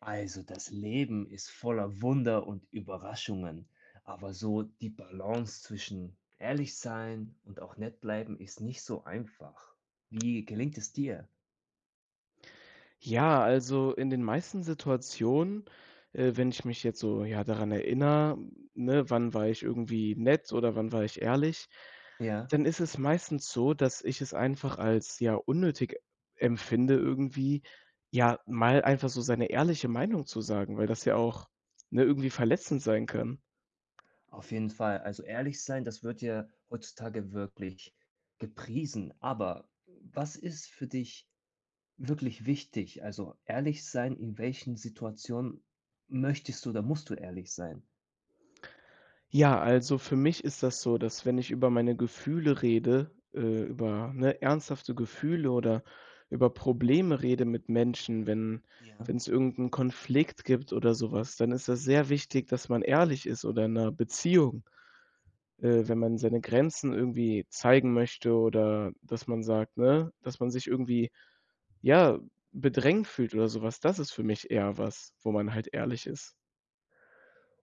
Also das Leben ist voller Wunder und Überraschungen, aber so die Balance zwischen ehrlich sein und auch nett bleiben ist nicht so einfach. Wie gelingt es dir? Ja, also in den meisten Situationen, wenn ich mich jetzt so, ja, daran erinnere, ne, wann war ich irgendwie nett oder wann war ich ehrlich, Ja, dann ist es meistens so, dass ich es einfach als, ja, unnötig empfinde irgendwie, ja, mal einfach so seine ehrliche Meinung zu sagen, weil das ja auch, ne, irgendwie verletzend sein kann. auf jeden Fall. Also ehrlich sein, das wird ja heutzutage wirklich gepriesen. Aber was ist für dich wirklich wichtig? Also ehrlich sein, in welchen Situationen möchtest du oder musst du ehrlich sein? Ja, also für mich ist das so, dass wenn ich über meine Gefühle rede, über, ne, ernsthafte Gefühle oder über Probleme rede mit Menschen, wenn Ja. Ja. wenn es 'n Konflikt gibt oder sowas, dann ist das sehr wichtig, dass man ehrlich ist oder in einer Beziehung, wenn man seine Grenzen irgendwie zeigen möchte oder dass man sagt, ne, dass man sich irgendwie, ja, bedrängt fühlt oder sowas. Das ist für mich eher was, wo man halt ehrlich ist.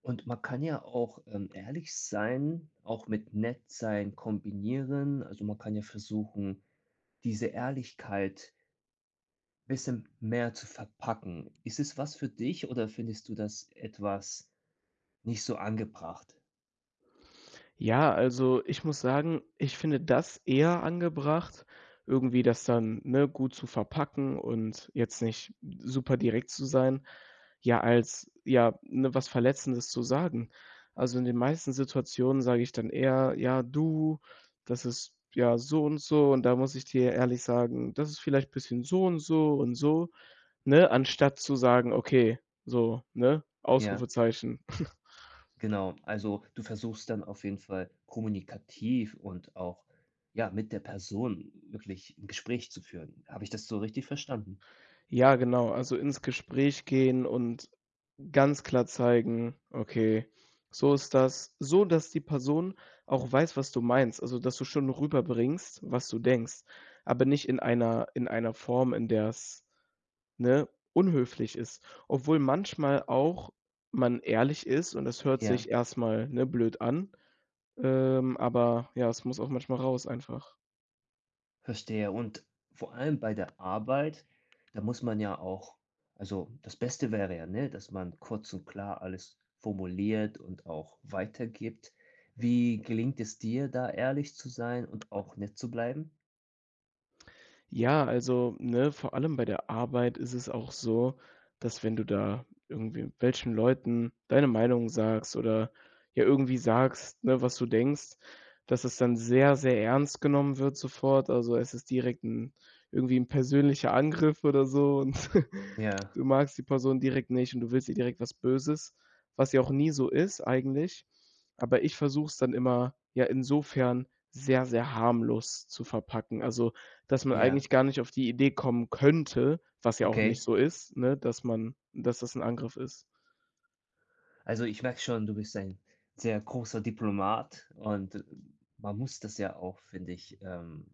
Und man kann ja auch, ehrlich sein, auch mit nett sein kombinieren. Also, man kann ja versuchen, diese Ehrlichkeit ein bisschen mehr zu verpacken. Ist es was für dich oder findest du das etwas nicht so angebracht? Ja, also ich muss sagen, ich finde das eher angebracht, irgendwie das dann, ne, gut zu verpacken und jetzt nicht super direkt zu sein, ja, als ja, ne, was Verletzendes zu sagen. Also in den meisten Situationen sage ich dann eher: „Ja, du, das ist ja so und so und da muss ich dir ehrlich sagen, das ist vielleicht ein bisschen so und so und so", ne, anstatt zu sagen: „Okay", so, ne, Ja, Ausrufezeichen. genau. Also, du versuchst dann auf jeden Fall kommunikativ und auch, ja, mit der Person wirklich ein Gespräch zu führen. Habe ich das so richtig verstanden? Ja, genau. Also ins Gespräch gehen und ganz klar zeigen: „Okay, so ist das." So, dass die Person auch weiß, was du meinst, also dass du schon rüberbringst, was du denkst, aber nicht in einer Form, in der es ne, unhöflich ist. Obwohl manchmal auch man ehrlich ist und das hört Ja. sich erstmal ne, blöd an, aber ja, es muss auch manchmal raus einfach. Verstehe. Und vor allem bei der Arbeit, da muss man ja auch, also das Beste wäre ja, ne, dass man kurz und klar alles formuliert und auch weitergibt. Wie gelingt es dir, da ehrlich zu sein und auch nett zu bleiben? Ja, also, ne, vor allem bei der Arbeit ist es auch so, dass wenn du da irgendwie welchen Leuten deine Meinung sagst oder ja irgendwie sagst, ne, was du denkst, dass es dann sehr, sehr ernst genommen wird sofort. Also, es ist direkt ein irgendwie ein persönlicher Angriff oder so und Ja, du magst die Person direkt nicht und du willst ihr direkt was Böses, was ja auch nie so ist eigentlich. Aber ich versuche es dann immer, ja, insofern sehr, sehr harmlos zu verpacken. Also, dass man ja, eigentlich gar nicht auf die Idee kommen könnte, was ja auch okay. nicht so ist, ne, dass man dass das 'n Angriff ist. Also, ich merke schon, du bist ein sehr großer Diplomat und man muss das ja auch, finde ich,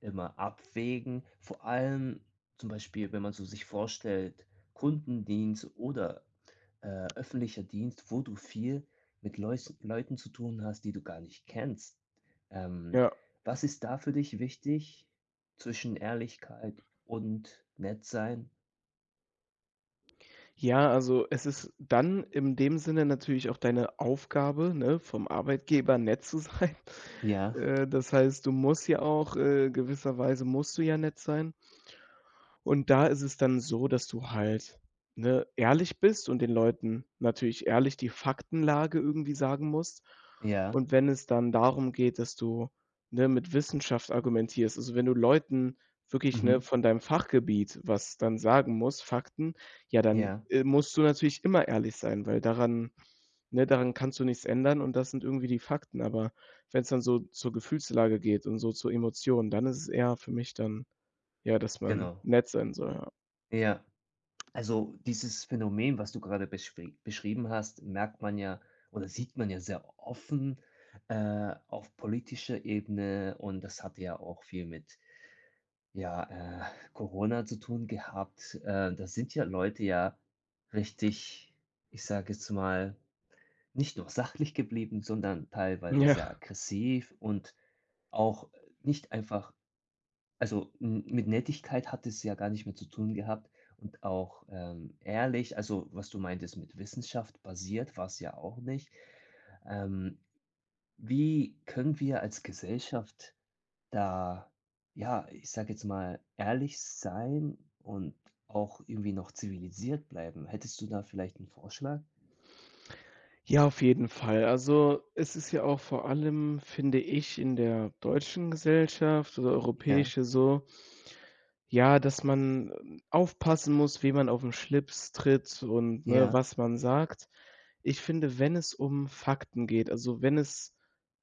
immer abwägen. Vor allem zum Beispiel, wenn man so sich vorstellt, Kundendienst oder, öffentlicher Dienst, wo du viel mit Leus Leuten zu tun hast, die du gar nicht kennst. Ähm, Ja. was ist da für dich wichtig zwischen Ehrlichkeit und nett sein? Ja, also, es ist dann in dem Sinne natürlich auch deine Aufgabe, ne, vom Arbeitgeber nett zu sein. Ja, Das heißt, du musst ja auch gewisserweise musst du ja nett sein. Und da ist es dann so, dass du halt, ne, ehrlich bist und den Leuten natürlich ehrlich die Faktenlage irgendwie sagen musst. ja, Und wenn es dann darum geht, dass du, ne, mit Wissenschaft argumentierst, also, wenn du Leuten wirklich, mhm, ne, von deinem Fachgebiet was dann sagen musst, Fakten, ja, dann, ja, musst du natürlich immer ehrlich sein, weil daran ne, daran kannst du nichts ändern und das sind irgendwie die Fakten. Aber wenn es dann so zur Gefühlslage geht und so zu Emotionen, dann ist es eher für mich dann ja, dass man genau, nett sein soll, ja. ja. Also dieses Phänomen, was du gerade beschrieben hast, merkt man ja oder sieht man ja sehr offen, auf politischer Ebene und das hat ja auch viel mit, ja, Corona zu tun gehabt. Da sind ja Leute ja richtig, ich sage jetzt mal, nicht nur sachlich geblieben, sondern teilweise sehr Ja. aggressiv und auch nicht einfach, also, m mit Nettigkeit hat es ja gar nicht mehr zu tun gehabt und auch, ehrlich, also, was du meintest mit Wissenschaft basiert war's ja auch nicht. Ähm, wie können wir als Gesellschaft da, ja, ich sage jetzt mal, ehrlich sein und auch irgendwie noch zivilisiert bleiben? Hättest du da vielleicht einen Vorschlag? Ja, auf jeden Fall. Also, es ist ja auch vor allem, finde ich, in der deutschen Gesellschaft oder Mhm. Ja, europäische so ja, dass man, aufpassen muss, wem man auf'n Schlips tritt und, ne, ja, was man sagt. Ich finde, wenn es um Fakten geht, also, wenn es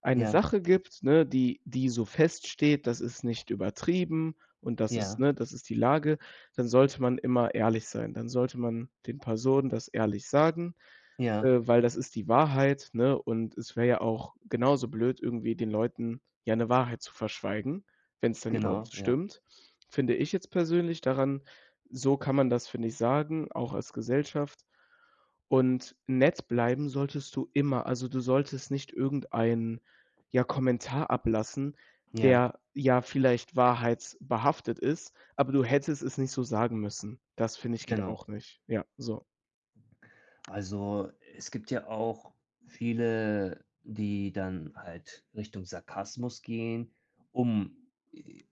eine ja, Sache gibt, ne, die die so feststeht, das ist nicht übertrieben und das ist ja, ne, das ist die Lage, dann sollte man immer ehrlich sein. Dann sollte man den Personen das ehrlich sagen, ja, weil das ist die Wahrheit, ne? Und es wäre ja auch genauso blöd, irgendwie den Leuten ja 'ne Wahrheit zu verschweigen, wenn's denn überhaupt genau, ja, stimmt, finde ich jetzt persönlich daran. So kann man das, finde ich, sagen, auch als Gesellschaft. Und nett bleiben solltest du immer. Also, du solltest nicht irgendeinen, ja, Kommentar ablassen, ja, der ja vielleicht wahrheitsbehaftet ist, aber du hättest es nicht so sagen müssen. Das, finde ich, geht genau. auch nicht. Ja, so. Also, es gibt ja auch viele, die dann halt Richtung Sarkasmus gehen, um eine,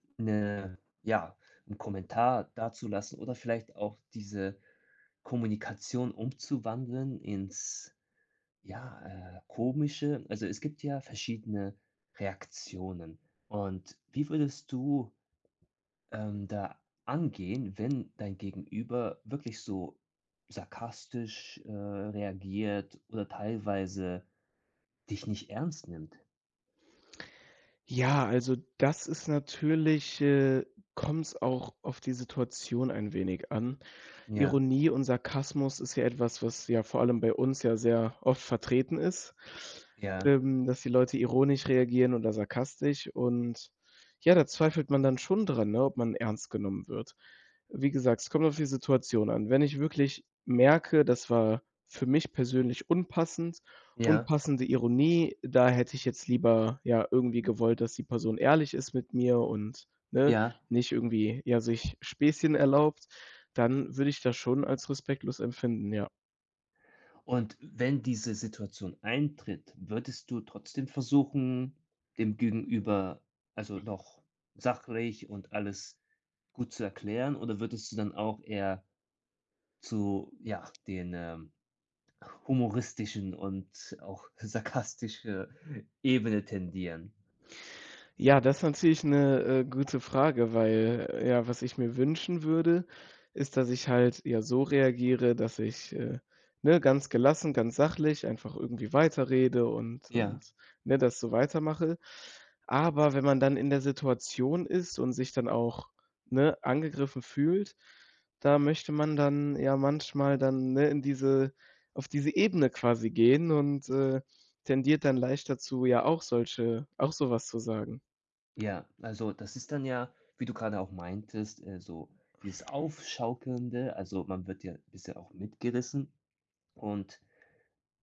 ja, einen Kommentar dazulassen oder vielleicht auch diese Kommunikation umzuwandeln ins, ja, Komische. Also, es gibt ja verschiedene Reaktionen. Und wie würdest du da angehen, wenn dein Gegenüber wirklich so sarkastisch, reagiert oder teilweise dich nicht ernst nimmt? Ja, also das ist natürlich, kommt es auch auf die Situation ein wenig an. Ja, Ironie und Sarkasmus ist ja etwas, was ja vor allem bei uns ja sehr oft vertreten ist, ja, dass die Leute ironisch reagieren oder sarkastisch und ja, da zweifelt man dann schon dran, ne, ob man ernst genommen wird. Wie gesagt, es kommt auf die Situation an. Wenn ich wirklich merke, das war für mich persönlich unpassend, ja, unpassende Ironie, da hätte ich jetzt lieber, ja, irgendwie gewollt, dass die Person ehrlich ist mit mir und, ne, ja. nicht irgendwie, ja, sich Späßchen erlaubt, dann würde ich das schon als respektlos empfinden, ja. Und wenn diese Situation eintritt, würdest du trotzdem versuchen, dem Gegenüber also noch sachlich und alles gut zu erklären oder würdest du dann auch eher zu, ja, den, humoristischen und auch sarkastische Ebene tendieren. Ja, das ist natürlich 'ne, gute Frage, weil, ja, was ich mir wünschen würde, ist, dass ich halt, ja, so reagiere, dass ich, ne, ganz gelassen, ganz sachlich einfach irgendwie weiterrede und Ja. und, ne, das so weitermache. Aber wenn man dann in der Situation ist und sich dann auch, ne, angegriffen fühlt, da möchte man dann ja manchmal dann, ne, in diese auf diese Ebene quasi gehen und, tendiert dann leicht dazu, ja auch solche auch so was zu sagen. Ja, also das ist dann ja, wie du gerade auch meintest, so dieses Aufschaukelnde, also man wird ja ein bisschen auch mitgerissen. Und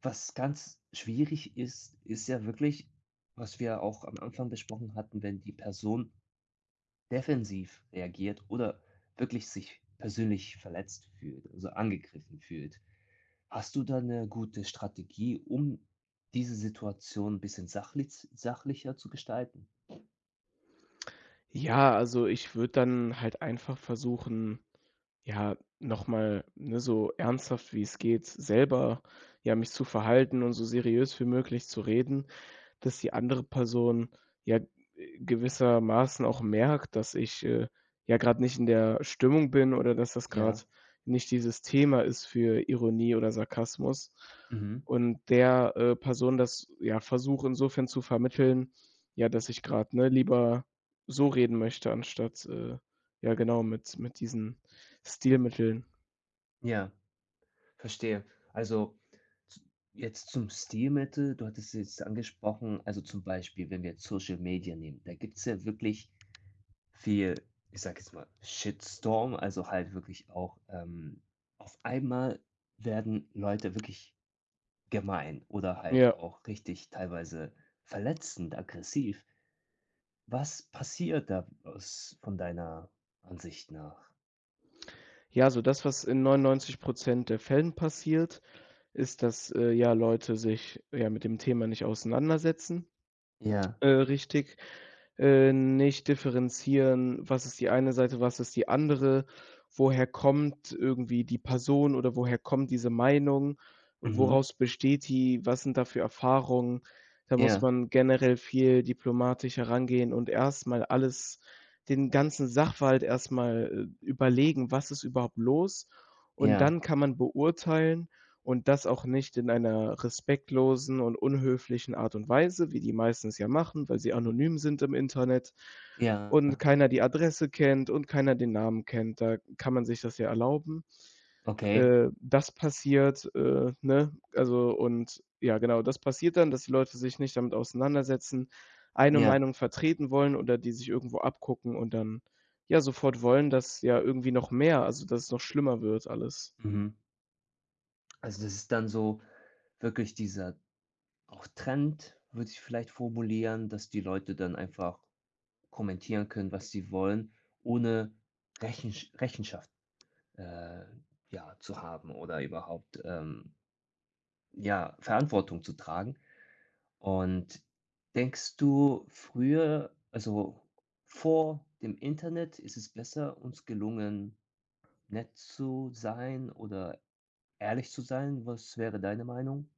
was ganz schwierig ist, ist ja wirklich, was wir auch am Anfang besprochen hatten, wenn die Person defensiv reagiert oder wirklich sich persönlich verletzt fühlt, also angegriffen fühlt. Hast du da eine gute Strategie, um diese Situation ein bisschen sachlicher zu gestalten? Ja, also ich würde dann halt einfach versuchen, ja, nochmal, ne, so ernsthaft wie es geht, selber ja mich zu verhalten und so seriös wie möglich zu reden, dass die andere Person ja, gewissermaßen auch merkt, dass ich, ja gerade nicht in der Stimmung bin oder dass das Ja, gerade nicht dieses Thema ist für Ironie oder Sarkasmus mhm, und der, Person das, ja, versuche insofern zu vermitteln, ja, dass ich gerade ne, lieber so reden möchte anstatt, ja genau, mit diesen Stilmitteln. ja, verstehe. Also, z jetzt zum Stilmittel, du hattest es jetzt angesprochen, also, zum Beispiel, wenn wir jetzt Social Media nehmen, da gibt es ja wirklich viel, ich sage jetzt mal, Shitstorm, also, halt wirklich auch, auf einmal werden Leute wirklich gemein oder halt Ja. auch richtig teilweise verletzend, aggressiv. Was passiert da aus von deiner Ansicht nach? Ja, so das, was in 99 der Fällen passiert ist, dass, ja, Leute sich, ja, mit dem Thema nicht auseinandersetzen, Ja. Richtig, nicht differenzieren, was ist die eine Seite, was ist die andere, woher kommt irgendwie die Person oder woher kommt diese Meinung, Mhm. woraus besteht die, was sind da für Erfahrungen? Da muss Ja, man generell viel diplomatisch herangehen und erst mal alles den ganzen Sachverhalt erst mal, überlegen, was ist überhaupt los? Und ja, dann kann man beurteilen, und das auch nicht in einer respektlosen und unhöflichen Art und Weise, wie die meistens ja machen, weil sie anonym sind im Internet ja, und keiner die Adresse kennt und keiner den Namen kennt. Da kann man sich das ja erlauben. okay. Das passiert, ne? Also und ja, genau, das passiert dann, dass die Leute sich nicht damit auseinandersetzen, eine Ja, Meinung vertreten wollen oder die sich irgendwo abgucken und dann, ja, sofort wollen, dass ja irgendwie noch mehr also, dass es noch schlimmer wird alles. mhm. Also, das ist dann so wirklich dieser auch Trend, würde ich vielleicht formulieren, dass die Leute dann einfach kommentieren können, was sie wollen, ohne Rechenschaft, äh, ja, zu haben oder überhaupt, ja, Verantwortung zu tragen. Und denkst du früher, also, vor dem Internet ist es besser uns gelungen, nett zu sein oder ehrlich zu sein? Was wäre deine Meinung?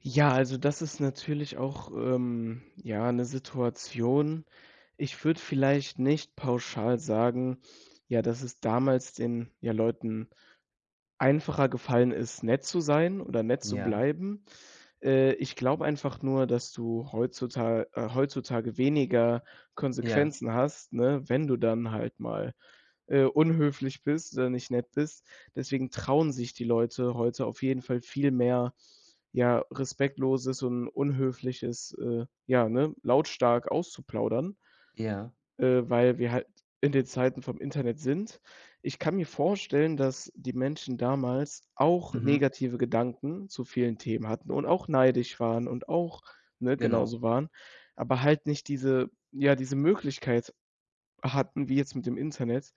Ja, also das ist natürlich auch, ja, eine Situation. Ich würde vielleicht nicht pauschal sagen, ja, dass es damals den, ja, Leuten einfacher gefallen ist, nett zu sein oder nett zu Ja, bleiben. Ich glaube einfach nur, dass du heutzutage heutzutage weniger ja, Konsequenzen hast, ne, wenn du dann halt mal unhöflich bist oder nicht nett bist. Deswegen trauen sich die Leute heute auf jeden Fall viel mehr, ja, respektloses und unhöfliches, ja, ne, lautstark auszuplaudern, ja. Weil wir halt in den Zeiten vom Internet sind. Ich kann mir vorstellen, dass die Menschen damals auch Mhm, negative Gedanken zu vielen Themen hatten und auch neidisch waren und auch, ne, genau. genauso waren, aber halt nicht diese ja, diese Möglichkeit hatten, wie jetzt mit dem Internet,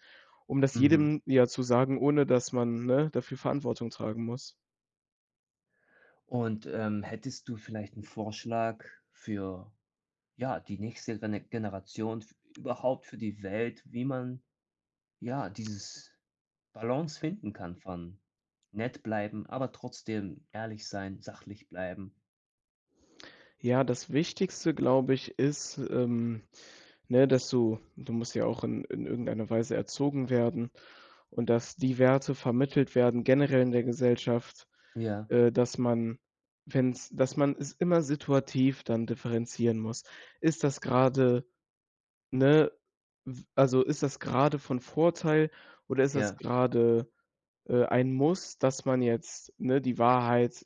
um das Mhm. jedem ja zu sagen, ohne dass man, ne, dafür Verantwortung tragen muss. Und, hättest du vielleicht einen Vorschlag für, ja, die nächste Generation, f überhaupt für die Welt, wie man, ja, dieses Balance finden kann von nett bleiben, aber trotzdem ehrlich sein, sachlich bleiben. Ja, das Wichtigste, glaube ich, ist, ne, dass du musst ja auch in irgendeiner Weise erzogen werden und dass die Werte vermittelt werden, generell in der Gesellschaft, Ja, dass man wenn's dass man es immer situativ dann differenzieren muss. Ist das gerade ne w also, ist das gerade von Vorteil oder ist das ja, gerade ein Muss, dass man jetzt, ne, die Wahrheit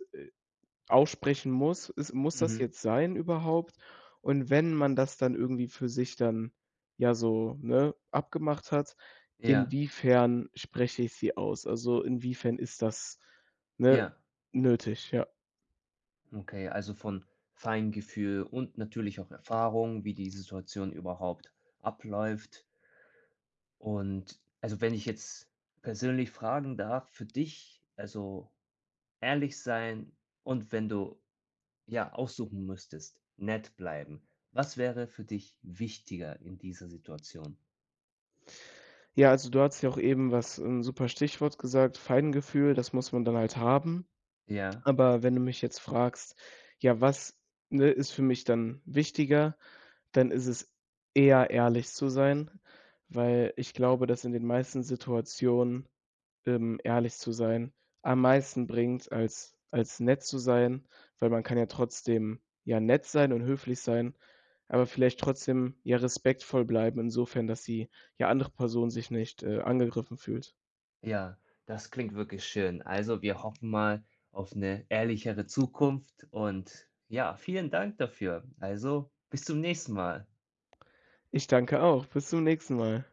aussprechen muss. Ist Muss das mhm, jetzt sein überhaupt? Und wenn man das dann irgendwie für sich dann, ja, so, ne, abgemacht hat, ja, inwiefern spreche ich sie aus? Also, inwiefern ist das, ne, ja. nötig, ja. Okay, also von Feingefühl und natürlich auch Erfahrung, wie die Situation überhaupt abläuft. Und, also wenn ich jetzt persönlich fragen darf, für dich, also ehrlich sein und wenn du ja aussuchen müsstest, nett bleiben. Was wäre für dich wichtiger in dieser Situation? Ja, also, du hast ja auch eben was 'n super Stichwort gesagt, Feingefühl, das muss man dann halt haben. Ja. Aber wenn du mich jetzt fragst: „Ja, was, ne, ist für mich dann wichtiger?" Dann ist es eher ehrlich zu sein, weil ich glaube, dass in den meisten Situationen, ehrlich zu sein am meisten bringt, als nett zu sein, weil man kann ja trotzdem, ja, nett sein und höflich sein, aber vielleicht trotzdem, ja, respektvoll bleiben insofern, dass die, ja, andere Person sich nicht, angegriffen fühlt. Ja, das klingt wirklich schön. Also, wir hoffen mal auf eine ehrlichere Zukunft und ja, vielen Dank dafür. Also, bis zum nächsten Mal. Ich danke auch. Bis zum nächsten Mal.